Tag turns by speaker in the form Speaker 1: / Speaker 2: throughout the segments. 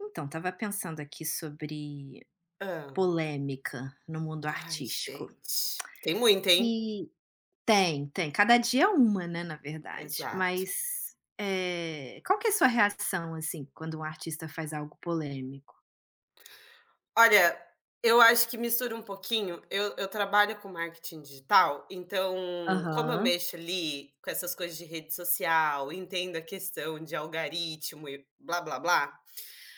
Speaker 1: Então, estava pensando aqui sobre
Speaker 2: Hã.
Speaker 1: polêmica no mundo
Speaker 2: Ai,
Speaker 1: artístico.
Speaker 2: gente, tem muita, hein.
Speaker 1: E tem, tem. Cada dia é uma, né, na verdade.
Speaker 2: Exato.
Speaker 1: Mas, qual que é a sua reação, assim, quando um artista faz algo polêmico?
Speaker 2: Olha, eu acho que mistura um pouquinho. Eu trabalho com marketing digital, então, como eu
Speaker 1: Aham,
Speaker 2: mexo ali com essas coisas de rede social, entendo a questão de algoritmo e blá blá blá.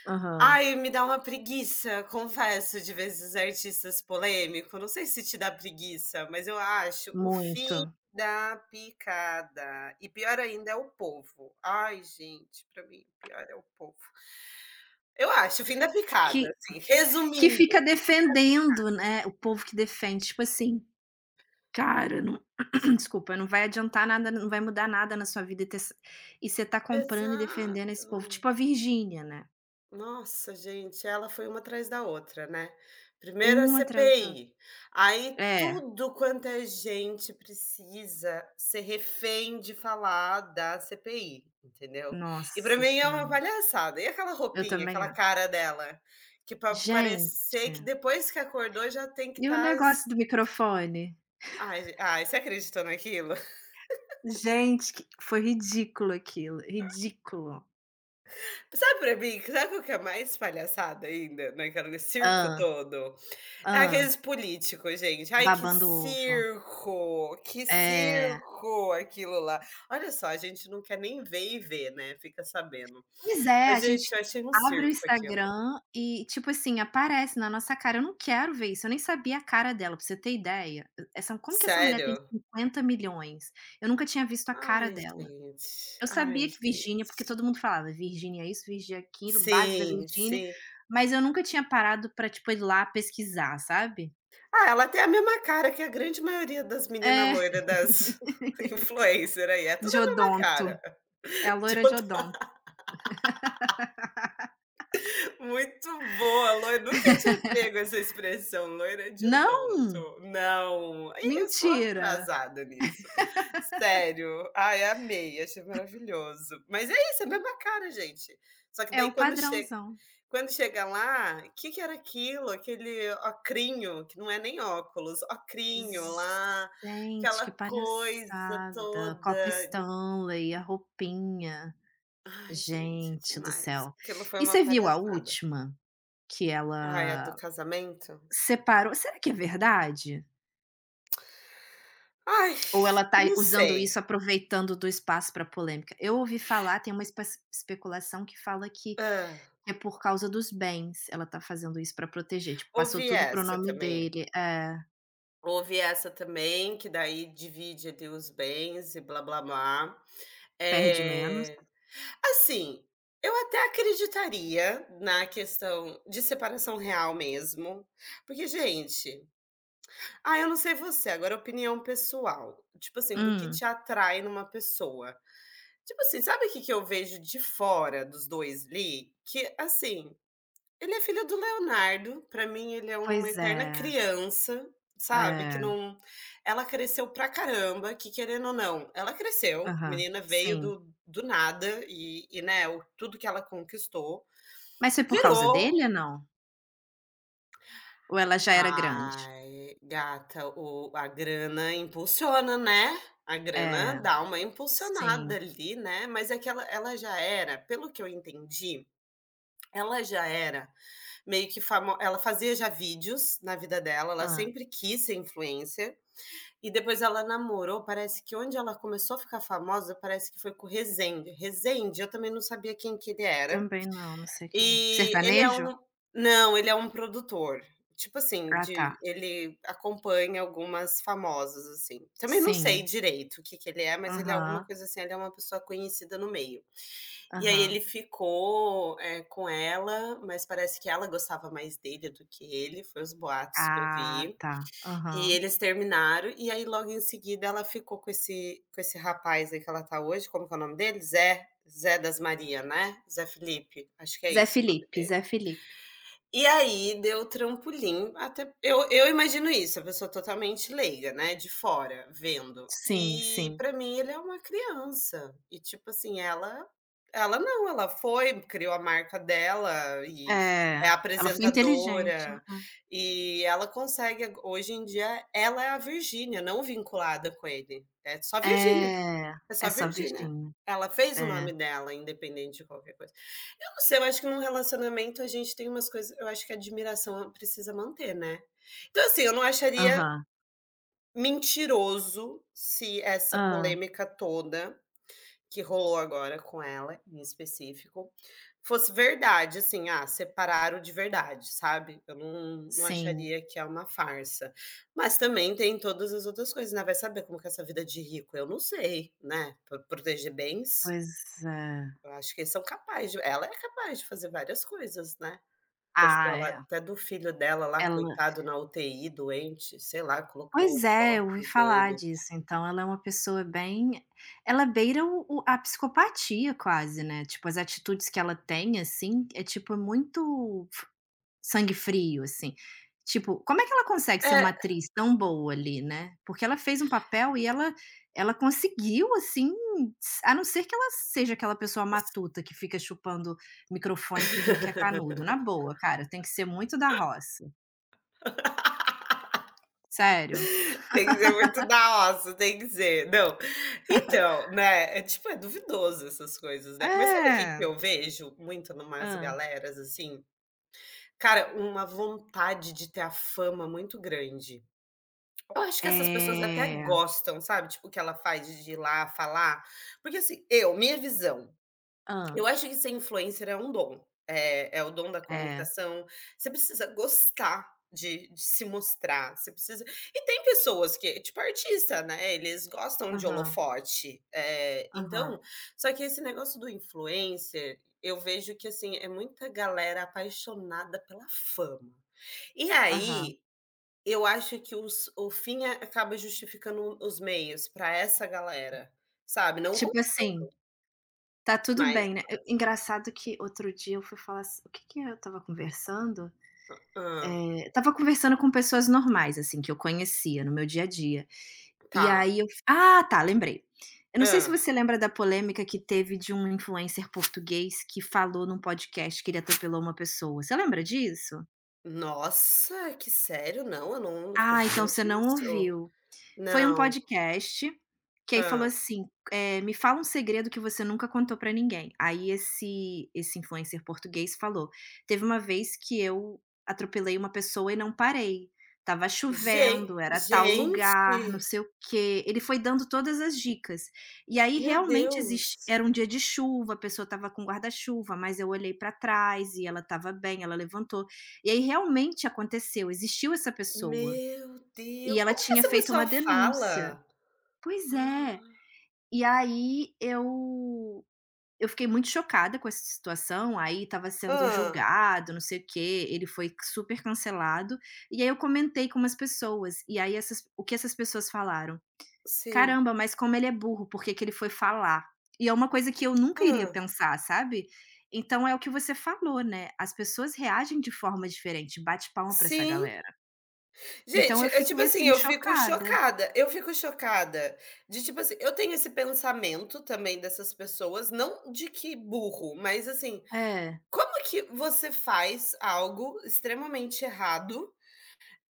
Speaker 1: aham.
Speaker 2: Ai, me dá uma preguiça, confesso, de vezes artistas polêmico, não sei se te dá preguiça, mas eu acho o fim
Speaker 1: Muito.
Speaker 2: da picada, e pior ainda é o povo. Ai, gente, pra mim pior é o povo. Eu acho o fim da picada,
Speaker 1: Que
Speaker 2: assim,
Speaker 1: que
Speaker 2: resumindo.
Speaker 1: fica defendendo, né, o povo que defende, tipo assim: "Cara, não" desculpa, "não vai adiantar nada, não vai mudar nada na sua vida E ter e você tá comprando e defendendo esse povo,
Speaker 2: Exato.
Speaker 1: tipo a Virgínia, né?
Speaker 2: Nossa, gente, ela foi uma atrás da outra, né. Primeiro a
Speaker 1: Uma atrás da outra.
Speaker 2: CPI, aí
Speaker 1: É,
Speaker 2: tudo quanto é gente precisa ser refém de falar da CPI, entendeu. E para
Speaker 1: nossa
Speaker 2: mim é uma
Speaker 1: senhora,
Speaker 2: palhaçada. E aquela
Speaker 1: eu
Speaker 2: roupinha,
Speaker 1: também
Speaker 2: aquela
Speaker 1: a
Speaker 2: cara dela, que para parecer que
Speaker 1: gente,
Speaker 2: depois que acordou já tem que
Speaker 1: e o
Speaker 2: estar. s
Speaker 1: negócio do microfone?
Speaker 2: ai ge ai, você acreditou naquilo?
Speaker 1: Gente, que foi ridículo aquilo, ridículo.
Speaker 2: Sabe, para mim, sabe o que é mais palhaçada ainda naquela nesse circo
Speaker 1: Hã,
Speaker 2: todo?
Speaker 1: hã,
Speaker 2: Aqueles políticos, gente. Ai, que
Speaker 1: babando ovo.
Speaker 2: circo! Que
Speaker 1: É,
Speaker 2: circo aquilo lá. Olha só, a gente não quer nem ver e ver, né, fica sabendo.
Speaker 1: pois é,
Speaker 2: Mas,
Speaker 1: a
Speaker 2: gente,
Speaker 1: gente
Speaker 2: eu achei um
Speaker 1: abre o
Speaker 2: circo aquilo.
Speaker 1: Instagram e, tipo assim, aparece na nossa cara, eu não quero ver isso, eu nem sabia a cara dela, pra você ter ideia, essa como que essa mulher tem
Speaker 2: Sério?
Speaker 1: 50 milhões? Eu nunca tinha visto a cara
Speaker 2: Ai,
Speaker 1: dela.
Speaker 2: gente.
Speaker 1: Eu
Speaker 2: Ai,
Speaker 1: sabia que Virgínia, porque
Speaker 2: gente.
Speaker 1: todo mundo falava: "Virgínia é isso, Virgínia é aquilo, base da
Speaker 2: Sim,
Speaker 1: Virgínia",
Speaker 2: sim.
Speaker 1: mas eu nunca tinha parado pra, tipo, ir lá pesquisar, sabe.
Speaker 2: Ah, ela tem a mesma cara que a grande maioria das meninas
Speaker 1: É,
Speaker 2: loiras das influencer aí, é tudo
Speaker 1: de
Speaker 2: a mesma
Speaker 1: odonto,
Speaker 2: cara.
Speaker 1: é a
Speaker 2: De
Speaker 1: loira de odonto.
Speaker 2: muito boa, loira nunca tinha pego essa expressão, loira de
Speaker 1: Não?
Speaker 2: odonto. Não, ih, eu sou
Speaker 1: Mentira!
Speaker 2: atrasada nisso. Sério, ai, amei, achei maravilhoso. Mas é isso, é a mesma cara, gente. Só que
Speaker 1: É
Speaker 2: daí
Speaker 1: o
Speaker 2: quando chega
Speaker 1: padrãozão.
Speaker 2: lá, o que que era aquilo? Aquele ocrinho, que não é nem óculos, ocrinho lá,
Speaker 1: Gente,
Speaker 2: aquela
Speaker 1: que
Speaker 2: coisa
Speaker 1: palhaçada, copo
Speaker 2: toda.
Speaker 1: Stanley, a roupinha.
Speaker 2: Ai, gente, é
Speaker 1: Gente do
Speaker 2: demais.
Speaker 1: céu.
Speaker 2: Aquilo foi
Speaker 1: E
Speaker 2: uma
Speaker 1: você viu a
Speaker 2: palhaçada.
Speaker 1: última que
Speaker 2: Ai, a do
Speaker 1: ela
Speaker 2: casamento?
Speaker 1: separou será que é verdade?
Speaker 2: Ai,
Speaker 1: Ou ela está
Speaker 2: não
Speaker 1: usando
Speaker 2: sei.
Speaker 1: isso, aproveitando do espaço para polêmica? Eu ouvi falar, tem uma especulação que fala que
Speaker 2: Hã.
Speaker 1: é por causa dos bens, ela está fazendo isso para proteger, tipo, passou
Speaker 2: Ouvi
Speaker 1: tudo pro
Speaker 2: essa
Speaker 1: nome
Speaker 2: também.
Speaker 1: dele. É,
Speaker 2: Ouvi essa também, que daí divide ali os bens e blá-blá-blá.
Speaker 1: perde menos.
Speaker 2: Eh, assim, eu até acreditaria na questão de separação real mesmo, porque, gente, ah, eu não sei você, agora opinião pessoal, tipo assim, do que
Speaker 1: Hum,
Speaker 2: te atrai numa pessoa. Tipo assim, sabe o que que eu vejo de fora dos 2 ali? Que, assim, ele é filho do Leonardo, pra mim ele é uma
Speaker 1: pois
Speaker 2: eterna
Speaker 1: é,
Speaker 2: criança, sabe, que
Speaker 1: é,
Speaker 2: não, ela cresceu pra caramba, que querendo ou não, ela cresceu,
Speaker 1: aham,
Speaker 2: menina veio
Speaker 1: sim.
Speaker 2: do nada e, né, o tudo que ela conquistou,
Speaker 1: Mas foi por causa
Speaker 2: virou.
Speaker 1: dele ou não? Ou ela já era grande?
Speaker 2: Ai, gata, o a grana impulsiona, né, a grana
Speaker 1: É,
Speaker 2: dá uma impulsionada
Speaker 1: sim.
Speaker 2: ali, né, mas é que ela já era, pelo que eu entendi, ela já era meio que famo ela fazia já vídeos na vida dela, ela
Speaker 1: Hã,
Speaker 2: sempre quis ser influencer, e depois ela namorou, parece que onde ela começou a ficar famosa, parece que foi com o Rezende. Rezende, eu também não sabia quem que ele era.
Speaker 1: também não, não sei quem é.
Speaker 2: E ele é
Speaker 1: Sertanejo?
Speaker 2: um não, ele é um produtor. Tipo assim,
Speaker 1: Ah, tá.
Speaker 2: de ele acompanha algumas famosas, assim. Também não sei
Speaker 1: Sim.
Speaker 2: direito o que que ele é, mas ele é alguma
Speaker 1: Aham,
Speaker 2: coisa assim, ele é uma pessoa conhecida no meio. E aí
Speaker 1: aham.
Speaker 2: ele ficou, eh, com ela, mas parece que ela gostava mais dele do que ele, foi os boatos que eu
Speaker 1: Ah,
Speaker 2: vi.
Speaker 1: tá.
Speaker 2: E
Speaker 1: Aham.
Speaker 2: eles terminaram, e aí logo em seguida ela ficou com esse rapaz aí que ela tá hoje, como que é o nome dele? Zé das Maria, né? Zé Felipe, acho que é
Speaker 1: Zé
Speaker 2: isso o nome
Speaker 1: Felipe,
Speaker 2: dele.
Speaker 1: Zé Felipe.
Speaker 2: E aí deu trampolim, até eu imagino isso, a pessoa totalmente leiga, né, de fora, vendo.
Speaker 1: Sim,
Speaker 2: E
Speaker 1: sim.
Speaker 2: pra mim ele é uma criança, e tipo assim, ela não, ela foi, criou a marca dela e
Speaker 1: É,
Speaker 2: é
Speaker 1: ela foi inteligente,
Speaker 2: apresentadora,
Speaker 1: né.
Speaker 2: e ela consegue, hoje em dia ela é a Virgínia, não vinculada com ele, é só Virgínia.
Speaker 1: É,
Speaker 2: É
Speaker 1: é
Speaker 2: só
Speaker 1: só
Speaker 2: Virgínia.
Speaker 1: Virgínia,
Speaker 2: Ela fez o nome
Speaker 1: é.
Speaker 2: dela, independente de qualquer coisa. Eu não sei, eu acho que num relacionamento a gente tem umas coisas, eu acho que a admiração precisa manter, né. Então, assim, eu não acharia
Speaker 1: Aham.
Speaker 2: mentiroso se essa
Speaker 1: Hã,
Speaker 2: polêmica toda que rolou agora com ela, em específico, fosse verdade, assim, ah, separaram de verdade, sabe? Eu não, não
Speaker 1: sim.
Speaker 2: acharia que é uma farsa. Mas também tem todas as outras coisas, né? Vai saber como que é essa vida de rico, eu não sei, né? Proteger bens,
Speaker 1: Pois é.
Speaker 2: eu acho que eles são capazes, ela é capaz de fazer várias coisas, né? Postou
Speaker 1: Ah,
Speaker 2: lá,
Speaker 1: é,
Speaker 2: até do filho dela lá,
Speaker 1: ela
Speaker 2: coitado, na UTI, doente, sei lá, colocou
Speaker 1: pois é,
Speaker 2: foto
Speaker 1: eu ouvi falar
Speaker 2: dele.
Speaker 1: disso, então ela é uma pessoa bem ela beira o a psicopatia quase, né, tipo, as atitudes que ela tem, assim, é tipo muito Sangue frio, assim. Tipo, como é que ela consegue ser uma
Speaker 2: É.
Speaker 1: atriz tão boa ali, né? Porque ela fez um papel e ela ela conseguiu, assim, s a não ser que ela seja aquela pessoa matuta que fica chupando microfone fingindo que é canudo, na boa, cara, tem que ser muito da roça, sério.
Speaker 2: Tem que ser muito da roça, tem que ser. Não, então, né, é tipo, é duvidoso essas coisas, né. Mas sabe o que que
Speaker 1: É.
Speaker 2: eu vejo muito numas
Speaker 1: Hã.
Speaker 2: galeras, assim? Cara, uma vontade de ter a fama muito grande. Eu acho que essas pessoas até
Speaker 1: É.
Speaker 2: gostam, sabe, tipo, o que ela faz de ir lá falar, porque, assim, eu, minha visão, eu
Speaker 1: Hã.
Speaker 2: acho que ser influencer é um dom, é é o dom da
Speaker 1: É.
Speaker 2: comunicação, você precisa gostar de se mostrar, você precisa e tem pessoas que tipo artista, né, eles gostam de
Speaker 1: Aham,
Speaker 2: holofote, eh,
Speaker 1: aham,
Speaker 2: então só que esse negócio do influencer, eu vejo que, assim, é muita galera apaixonada pela fama. E
Speaker 1: aham.
Speaker 2: aí, eu acho que os o fim a acaba justificando os meios para essa galera, sabe, não com
Speaker 1: Tipo assim, tá tudo
Speaker 2: mais
Speaker 1: bem, né. E engraçado que outro dia eu fui falar ass o que que é? Eu estava conversando?
Speaker 2: hã,
Speaker 1: Eu estava conversando com pessoas normais, assim, que eu conhecia no meu dia a dia. E
Speaker 2: tá.
Speaker 1: aí eu ah, tá, lembrei. Eu não sei se você lembra da polêmica que teve de um influencer português que falou num podcast que ele atropelou uma pessoa. Você lembra disso?
Speaker 2: Nossa, que sério? Não, eu não fiquei
Speaker 1: Ah, então
Speaker 2: sabendo
Speaker 1: você não
Speaker 2: disso.
Speaker 1: ouviu. Foi um
Speaker 2: Não.
Speaker 1: podcast, que aí falou
Speaker 2: Ah,
Speaker 1: assim, "Me fala um segredo que você nunca contou pra ninguém". Aí esse influencer português falou: "Teve uma vez que eu atropelei uma pessoa e não parei. Tava
Speaker 2: Gen
Speaker 1: chovendo, era tal
Speaker 2: gente,
Speaker 1: lugar, não sei o quê". Ele foi dando todas as dicas. E aí
Speaker 2: meu
Speaker 1: realmente existe
Speaker 2: Deus.
Speaker 1: era um dia de chuva, a pessoa estava com guarda-chuva, mas eu olhei pra trás e ela estava bem, ela levantou. E aí realmente aconteceu, existiu essa pessoa,
Speaker 2: Meu Deus,
Speaker 1: e ela
Speaker 2: como que
Speaker 1: tinha
Speaker 2: essa
Speaker 1: feito uma
Speaker 2: pessoa
Speaker 1: denúncia.
Speaker 2: fala?
Speaker 1: Pois é. E aí eu fiquei muito chocada com essa situação, aí estava sendo
Speaker 2: Ah,
Speaker 1: julgado, não sei o quê, ele foi super cancelado, e aí eu comentei com umas pessoas, e aí essas o que essas pessoas falaram:
Speaker 2: sim.
Speaker 1: "Caramba, mas como ele é burro, por que que ele foi falar?". E é uma coisa que eu nunca iria
Speaker 2: Ah,
Speaker 1: pensar, sabe. Então é o que você falou, né, as pessoas reagem de forma diferente, bate palma pra essa
Speaker 2: sim.
Speaker 1: galera. Então
Speaker 2: Gente,
Speaker 1: eu
Speaker 2: é tipo
Speaker 1: fiquei
Speaker 2: assim,
Speaker 1: assim chocada.
Speaker 2: eu fico chocada de tipo assim, eu tenho esse pensamento também dessas pessoas, não de que burro, mas assim,
Speaker 1: É,
Speaker 2: como que você faz algo extremamente errado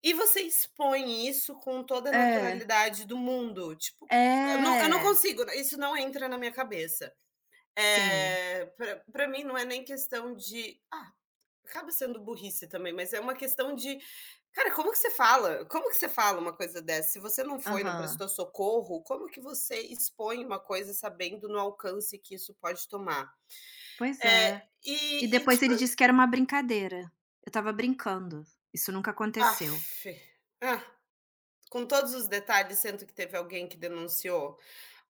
Speaker 2: e você expõe isso com toda a
Speaker 1: é,
Speaker 2: naturalidade do mundo? Tipo, eu não
Speaker 1: é,
Speaker 2: consigo, né, isso não entra na minha cabeça.
Speaker 1: sim.
Speaker 2: Pra mim não é nem questão de acaba sendo burrice também, mas é uma questão de, cara, como que você fala? Como que você fala uma coisa dessa? Se você não foi, não
Speaker 1: Aham.
Speaker 2: prestou socorro, como que você expõe uma coisa sabendo no alcance que isso pode tomar?
Speaker 1: Pois
Speaker 2: É,
Speaker 1: é. E
Speaker 2: e e
Speaker 1: depois
Speaker 2: tipo
Speaker 1: ele disse que era uma brincadeira. Eu estava brincando. Isso nunca aconteceu.
Speaker 2: aff, ah, com todos os detalhes, sendo que teve alguém que denunciou.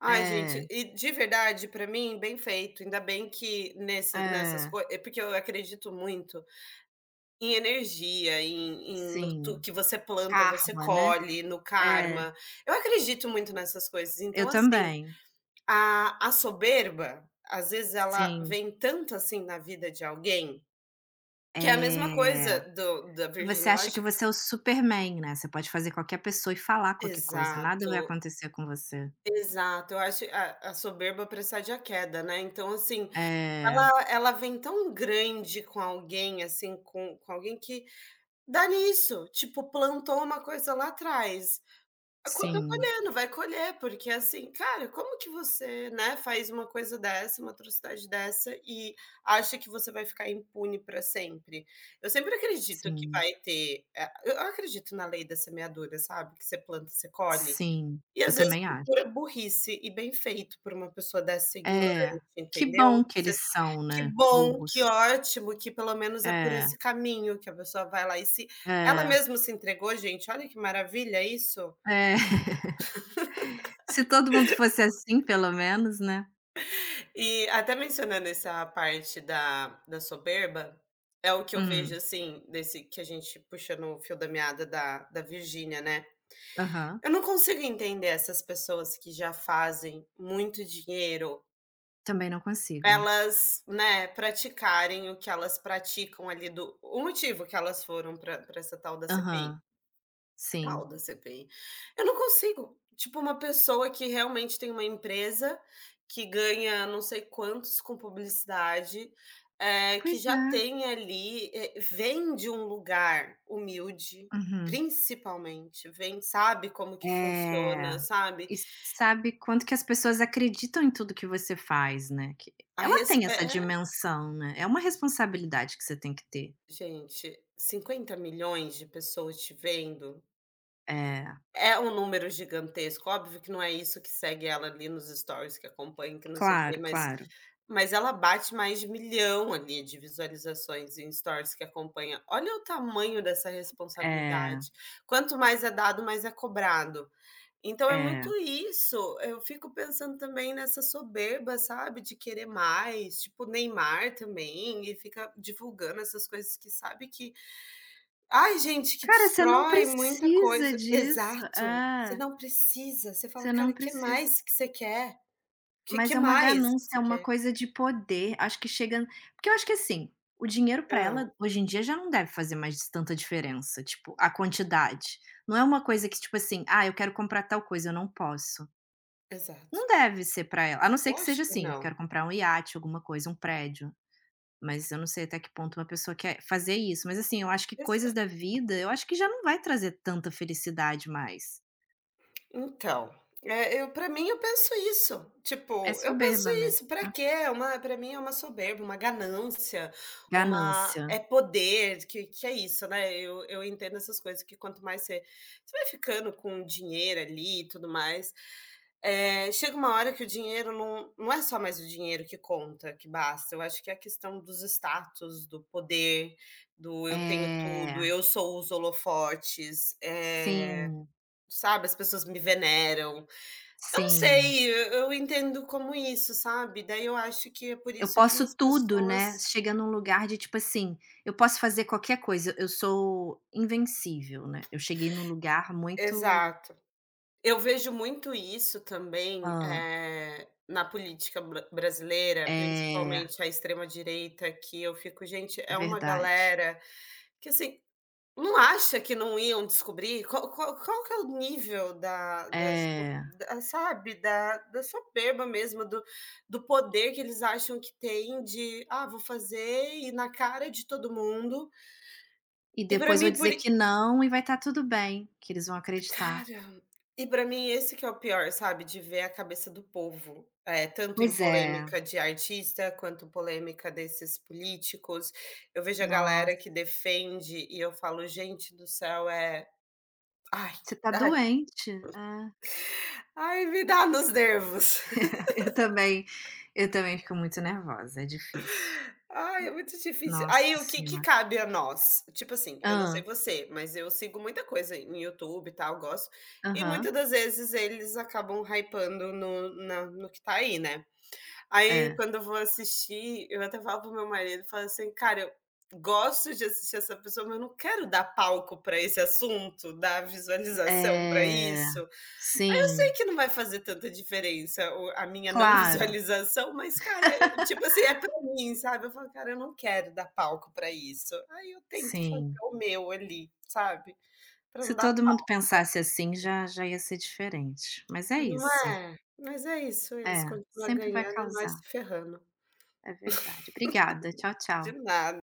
Speaker 2: Ai,
Speaker 1: É,
Speaker 2: gente, e de verdade, para mim, bem feito. Ainda bem que nesse nessas
Speaker 1: é.
Speaker 2: coisas porque eu acredito muito em energia, em no tu
Speaker 1: Sim.
Speaker 2: que você planta, você
Speaker 1: Karma, né.
Speaker 2: colhe, no
Speaker 1: É.
Speaker 2: karma. Eu acredito muito nessas coisas.
Speaker 1: Eu
Speaker 2: Então, assim,
Speaker 1: também.
Speaker 2: a soberba, às vezes, ela
Speaker 1: Sim.
Speaker 2: vem tanto assim na vida de alguém, que é a mesma coisa
Speaker 1: É.
Speaker 2: do da
Speaker 1: Você
Speaker 2: Virgínia. Eu
Speaker 1: acha que
Speaker 2: acho que
Speaker 1: você é o Superman, né, você pode fazer qualquer pessoa e falar qualquer coisa, nada vai
Speaker 2: exato.
Speaker 1: acontecer com você.
Speaker 2: Exato, eu acho a soberba precede a queda, né, então assim,
Speaker 1: É.
Speaker 2: ela vem tão grande com alguém, assim, com alguém que dá nisso, tipo, plantou uma coisa lá atrás, eu co tô
Speaker 1: Sim,
Speaker 2: colhendo, vai colher, porque assim, cara, como que você, né, faz uma coisa dessa, uma atrocidade dessa e acha que você vai ficar impune para sempre? Eu sempre acredito que
Speaker 1: sim,
Speaker 2: vai ter, eh, eu acredito na lei da semeadura, sabe, que você planta, você colhe.
Speaker 1: sim.
Speaker 2: E
Speaker 1: Eu
Speaker 2: às vezes
Speaker 1: também
Speaker 2: por
Speaker 1: acho.
Speaker 2: pura burrice, e bem feito por uma pessoa dessa ignorante,
Speaker 1: É. Que
Speaker 2: entendeu?
Speaker 1: bom que
Speaker 2: Você
Speaker 1: eles são,
Speaker 2: que
Speaker 1: né,
Speaker 2: bom, que
Speaker 1: burros.
Speaker 2: ótimo, que pelo menos é por
Speaker 1: É,
Speaker 2: esse caminho que a pessoa vai lá e se ela
Speaker 1: é.
Speaker 2: mesma se entregou, gente, olha que maravilha isso.
Speaker 1: É. Se todo mundo fosse assim, pelo menos, né.
Speaker 2: E até mencionando essa parte da soberba, é o que eu vejo,
Speaker 1: Hum.
Speaker 2: assim, desse que a gente puxa no fio da meada da Virgínia, né.
Speaker 1: Aham.
Speaker 2: Eu não consigo entender essas pessoas que já fazem muito dinheiro.
Speaker 1: Também não consigo.
Speaker 2: Elas, né, praticarem o que elas praticam ali do o motivo que elas foram para pra essa tal da CPI
Speaker 1: Aham. Sim.
Speaker 2: tal da CPI. Eu não consigo, tipo, uma pessoa que realmente tem uma empresa que ganha não sei quantos com publicidade, é que
Speaker 1: Pois
Speaker 2: já
Speaker 1: é.
Speaker 2: tem ali, eh, vem de um lugar humilde,
Speaker 1: Uhum.
Speaker 2: principalmente, vem sabe como que funciona,
Speaker 1: É.
Speaker 2: sabe,
Speaker 1: E sabe quanto que as pessoas acreditam em tudo que você faz, né, que
Speaker 2: a
Speaker 1: ela
Speaker 2: res
Speaker 1: tem
Speaker 2: é,
Speaker 1: essa dimensão, né, é uma responsabilidade que você tem que ter.
Speaker 2: gente, 50 milhões de pessoas te vendo.
Speaker 1: É.
Speaker 2: É um número gigantesco, óbvio que não é isso que segue ela ali nos stories, que acompanha, que não sei o quê,
Speaker 1: Claro, claro.
Speaker 2: mas ela bate mais de 1.000.000 ali de visualizações em stories que acompanha. Olha o tamanho dessa
Speaker 1: É,
Speaker 2: responsabilidade. Quanto mais é dado, mais é cobrado. Então é muito
Speaker 1: é.
Speaker 2: isso, eu fico pensando também nessa soberba, sabe, de querer mais, tipo Neymar também, e fica divulgando essas coisas que sabe que ai, gente, que
Speaker 1: Cara, você não
Speaker 2: destrói muita
Speaker 1: precisa
Speaker 2: coisa.
Speaker 1: disso.
Speaker 2: Exato. Você
Speaker 1: É.
Speaker 2: não precisa. Você fala:
Speaker 1: Você
Speaker 2: "Cara,
Speaker 1: não
Speaker 2: que
Speaker 1: precisa.
Speaker 2: mais que você quer?
Speaker 1: Mas
Speaker 2: Que
Speaker 1: é uma
Speaker 2: mais que
Speaker 1: ganância, é
Speaker 2: você
Speaker 1: uma
Speaker 2: quer?"
Speaker 1: coisa de poder, acho que chega porque eu acho que, assim, o dinheiro pra
Speaker 2: Ah,
Speaker 1: ela hoje em dia já não deve fazer mais tanta diferença, tipo, a quantidade. Não é uma coisa que, tipo assim: "Ah, eu quero comprar tal coisa, eu não posso".
Speaker 2: exato.
Speaker 1: Não deve ser pra ela, a não ser que seja
Speaker 2: Lógico que
Speaker 1: assim: "Quero
Speaker 2: não.
Speaker 1: comprar um iate, alguma coisa, um prédio", mas eu não sei até que ponto uma pessoa quer fazer isso. Mas, assim, eu acho que coisas
Speaker 2: Exa
Speaker 1: da vida, eu acho que já não vai trazer tanta felicidade mais.
Speaker 2: Então, eu para mim eu penso isso,
Speaker 1: É
Speaker 2: tipo, eu penso
Speaker 1: soberba
Speaker 2: isso,
Speaker 1: mesmo.
Speaker 2: para
Speaker 1: Né?
Speaker 2: quê? É uma para mim é uma soberba, uma ganância, uma
Speaker 1: Ganância.
Speaker 2: é poder, que é isso, né, eu entendo essas coisas que quanto mais você você vai ficando com dinheiro ali e tudo mais, eh, chega uma hora que o dinheiro não não é só mais o dinheiro que conta, que basta, eu acho que é a questão dos status, do poder, do eu tenho
Speaker 1: É,
Speaker 2: tudo, eu sou os holofotes, eh.
Speaker 1: sim.
Speaker 2: Sabe, as pessoas me veneram. Eu não
Speaker 1: Sim.
Speaker 2: sei, eu entendo como isso, sabe. Daí eu acho que é por
Speaker 1: Eu
Speaker 2: isso que umas
Speaker 1: posso tudo, né.
Speaker 2: pessoas
Speaker 1: Chega num lugar de, tipo assim, eu posso fazer qualquer coisa, eu sou invencível, né. Eu cheguei num lugar muito
Speaker 2: exato. Eu vejo muito isso também,
Speaker 1: ah
Speaker 2: eh, na política brasileira,
Speaker 1: É,
Speaker 2: principalmente a extrema direita, que eu fico: "Gente, é uma
Speaker 1: verdade.
Speaker 2: galera que assim". Não acha que não iam descobrir? Qual que é o nível da da so
Speaker 1: É.
Speaker 2: da sabe, da soberba mesmo, do poder que eles acham que têm de: "Ah, vou fazer", e na cara de todo mundo.
Speaker 1: E
Speaker 2: E pra
Speaker 1: depois
Speaker 2: mim
Speaker 1: vou
Speaker 2: por
Speaker 1: dizer
Speaker 2: i
Speaker 1: que não e vai estar tudo bem, que eles vão acreditar.
Speaker 2: cara, e pra mim esse que é o pior, sabe, de ver a cabeça do povo, é tanto em
Speaker 1: Pois é.
Speaker 2: polêmica de artista, quanto polêmica desses políticos. Eu vejo a galera
Speaker 1: Nossa,
Speaker 2: que defende e eu falo: "Gente do céu, é ai,
Speaker 1: você tá
Speaker 2: ai".
Speaker 1: doente. É.
Speaker 2: Ai, me dá nos nervos.
Speaker 1: Eu também, eu também fico muito nervosa, é difícil.
Speaker 2: Ai, é muito difícil.
Speaker 1: Nossa
Speaker 2: Aí, o que que
Speaker 1: senhora.
Speaker 2: cabe a nós? Tipo assim, eu não sei
Speaker 1: Ah.
Speaker 2: você, mas eu sigo muita coisa em YouTube e tal, gosto. E muitas
Speaker 1: Aham.
Speaker 2: das vezes eles acabam hypando no na no que tá aí, né. Aí,
Speaker 1: É.
Speaker 2: quando eu vou assistir, eu até falo pro meu marido, falo assim: "Cara, eu gosto de assistir essa pessoa, mas eu não quero dar palco pra esse assunto, dar visualização pra
Speaker 1: É,
Speaker 2: isso". Aí eu sei
Speaker 1: sim,
Speaker 2: que não vai fazer tanta diferença o a minha não
Speaker 1: claro,
Speaker 2: visualização, mas, cara, eh, tipo assim, é pra mim, sabe. Eu falo: "Cara, eu não quero dar palco pra isso". Aí eu tento fazer
Speaker 1: sim.
Speaker 2: o meu ali, sabe, pra não
Speaker 1: Se
Speaker 2: dar
Speaker 1: todo mundo
Speaker 2: palco.
Speaker 1: pensasse assim já ia ser diferente, mas é
Speaker 2: Não
Speaker 1: isso.
Speaker 2: é? Mas é isso, eles
Speaker 1: É,
Speaker 2: continuam
Speaker 1: sempre vai
Speaker 2: ganhando, e nós
Speaker 1: causar,
Speaker 2: se ferrando.
Speaker 1: é verdade. Obrigada, tchau,
Speaker 2: De
Speaker 1: tchau.
Speaker 2: nada.